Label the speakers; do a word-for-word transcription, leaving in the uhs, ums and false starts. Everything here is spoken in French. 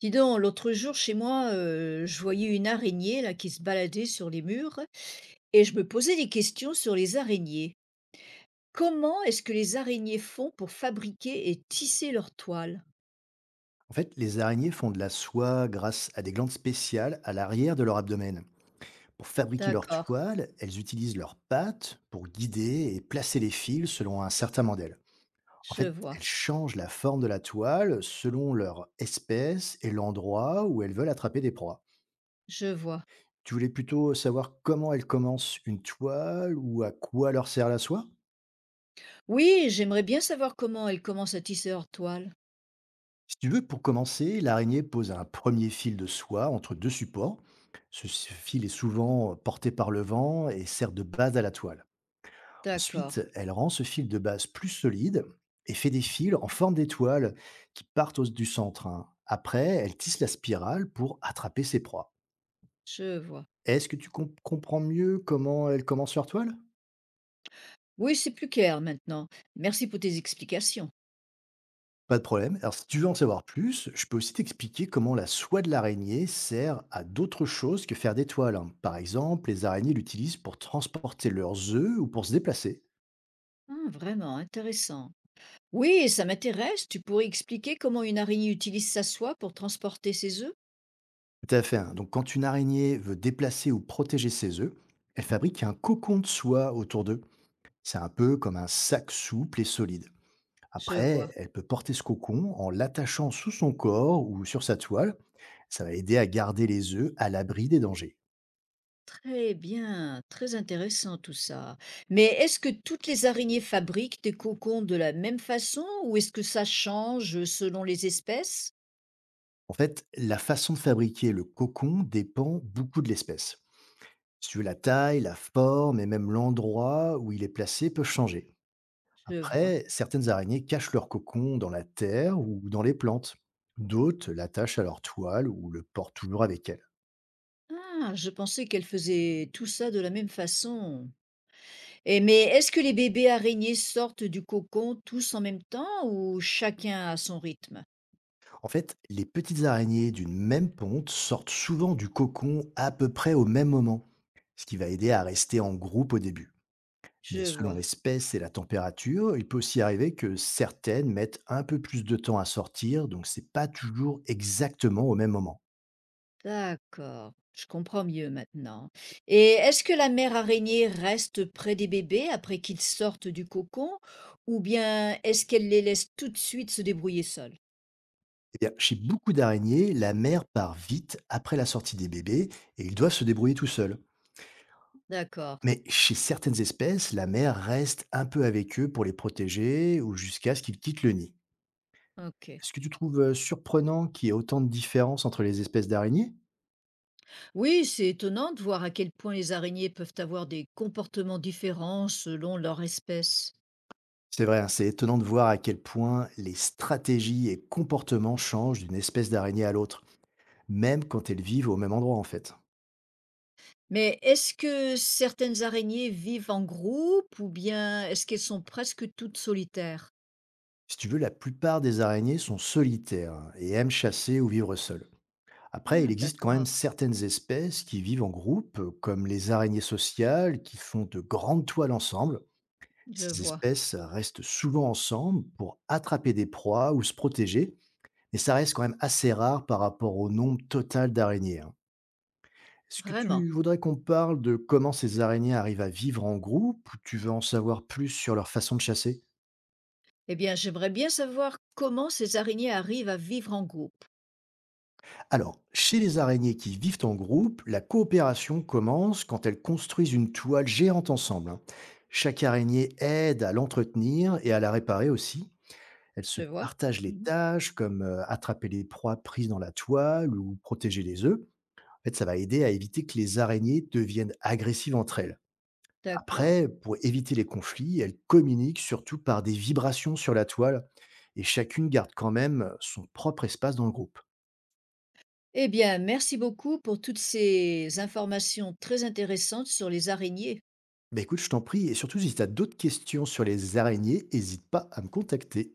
Speaker 1: Dis donc, l'autre jour chez moi, heu, je voyais une araignée là qui se baladait sur les murs et je me posais des questions sur les araignées. Comment est-ce que les araignées font pour fabriquer et tisser leurs toiles?
Speaker 2: En fait, les araignées font de la soie grâce à des glandes spéciales à l'arrière de leur abdomen. Pour fabriquer leur
Speaker 1: D'accord,
Speaker 2: toile, elles utilisent leurs pattes pour guider et placer les fils selon un certain modèle. En
Speaker 1: je
Speaker 2: fait,
Speaker 1: vois,
Speaker 2: elles changent la forme de la toile selon leur espèce et l'endroit où elles veulent attraper des proies.
Speaker 1: je vois.
Speaker 2: Tu voulais plutôt savoir comment elles commencent une toile ou à quoi leur sert la soie.
Speaker 1: Oui, j'aimerais bien savoir comment elles commencent à tisser leurs toiles.
Speaker 2: Si tu veux, pour commencer, l'araignée pose un premier fil de soie entre deux supports. Ce fil est souvent porté par le vent et sert de base à la toile.
Speaker 1: D'accord,
Speaker 2: Ensuite, elle rend ce fil de base plus solide et fait des fils en forme d'étoiles qui partent au- du centre, hein. Après, elle tisse la spirale pour attraper ses proies.
Speaker 1: je vois.
Speaker 2: Est-ce que tu com- comprends mieux comment elle commence leur toile?
Speaker 1: Oui, c'est plus clair maintenant. Merci pour tes explications.
Speaker 2: Pas de problème. Alors, si tu veux en savoir plus, je peux aussi t'expliquer comment la soie de l'araignée sert à d'autres choses que faire des toiles, hein. Par exemple, les araignées l'utilisent pour transporter leurs œufs ou pour se déplacer.
Speaker 1: Hum, vraiment intéressant. Oui, ça m'intéresse, tu pourrais expliquer comment une araignée utilise sa soie pour transporter ses œufs?
Speaker 2: Tout à fait, hein. Donc, quand une araignée veut déplacer ou protéger ses œufs, elle fabrique un cocon de soie autour d'eux. C'est un peu comme un sac souple et solide.
Speaker 1: Je vois.
Speaker 2: Après, elle peut porter ce cocon en l'attachant sous son corps ou sur sa toile. Ça va aider à garder les œufs à l'abri des dangers.
Speaker 1: Très bien, très intéressant tout ça. Mais est-ce que toutes les araignées fabriquent des cocons de la même façon ou est-ce que ça change selon les espèces?
Speaker 2: En fait, la façon de fabriquer le cocon dépend beaucoup de l'espèce. Si tu veux, la taille, la forme et même l'endroit où il est placé peut changer.
Speaker 1: Je vois.
Speaker 2: Après, certaines araignées cachent leur cocon dans la terre ou dans les plantes. D'autres l'attachent à leur toile ou le portent toujours avec elles.
Speaker 1: Ah, je pensais qu'elles faisaient tout ça de la même façon. Et mais est-ce que les bébés araignées sortent du cocon tous en même temps ou chacun à son rythme?
Speaker 2: En fait, les petites araignées d'une même ponte sortent souvent du cocon à peu près au même moment, ce qui va aider à rester en groupe au début. Mais
Speaker 1: Je
Speaker 2: selon
Speaker 1: vois.
Speaker 2: l'espèce et la température, il peut aussi arriver que certaines mettent un peu plus de temps à sortir, donc c'est pas toujours exactement au même moment.
Speaker 1: D'accord, je comprends mieux maintenant. Et est-ce que la mère araignée reste près des bébés après qu'ils sortent du cocon ou bien est-ce qu'elle les laisse tout de suite se débrouiller seuls?
Speaker 2: Eh bien, chez beaucoup d'araignées, la mère part vite après la sortie des bébés et ils doivent se débrouiller tout seuls.
Speaker 1: D'accord,
Speaker 2: Mais chez certaines espèces, la mère reste un peu avec eux pour les protéger ou jusqu'à ce qu'ils quittent le nid.
Speaker 1: ok.
Speaker 2: Est-ce que tu trouves euh, surprenant qu'il y ait autant de différences entre les espèces d'araignées?
Speaker 1: Oui, c'est étonnant de voir à quel point les araignées peuvent avoir des comportements différents selon leur espèce.
Speaker 2: C'est vrai, hein, c'est étonnant de voir à quel point les stratégies et comportements changent d'une espèce d'araignée à l'autre, même quand elles vivent au même endroit en fait.
Speaker 1: Mais est-ce que certaines araignées vivent en groupe ou bien est-ce qu'elles sont presque toutes solitaires?
Speaker 2: Si tu veux, la plupart des araignées sont solitaires, hein, et aiment chasser ou vivre seules. Après, il
Speaker 1: Ah,
Speaker 2: existe quand même
Speaker 1: d'accord,
Speaker 2: certaines espèces qui vivent en groupe, euh, comme les araignées sociales, qui font de grandes toiles ensemble.
Speaker 1: je
Speaker 2: Ces
Speaker 1: vois,
Speaker 2: espèces restent souvent ensemble pour attraper des proies ou se protéger, mais ça reste quand même assez rare par rapport au nombre total d'araignées, hein. Est-ce que
Speaker 1: vraiment.
Speaker 2: tu voudrais qu'on parle de comment ces araignées arrivent à vivre en groupe ou tu veux en savoir plus sur leur façon de chasser?
Speaker 1: Eh bien, j'aimerais bien savoir comment ces araignées arrivent à vivre en groupe.
Speaker 2: Alors, chez les araignées qui vivent en groupe, la coopération commence quand elles construisent une toile géante ensemble, hein. Chaque araignée aide à l'entretenir et à la réparer aussi. Elles se
Speaker 1: Je vois.
Speaker 2: partagent les
Speaker 1: Mhm.
Speaker 2: tâches comme euh, attraper les proies prises dans la toile ou protéger les œufs. En fait, ça va aider à éviter que les araignées deviennent agressives entre elles.
Speaker 1: D'accord.
Speaker 2: Après, pour éviter les conflits, elles communiquent surtout par des vibrations sur la toile et chacune garde quand même son propre espace dans le groupe.
Speaker 1: Eh bien, merci beaucoup pour toutes ces informations très intéressantes sur les araignées.
Speaker 2: Bah écoute, je t'en prie, et surtout si tu as d'autres questions sur les araignées, n'hésite pas à me contacter.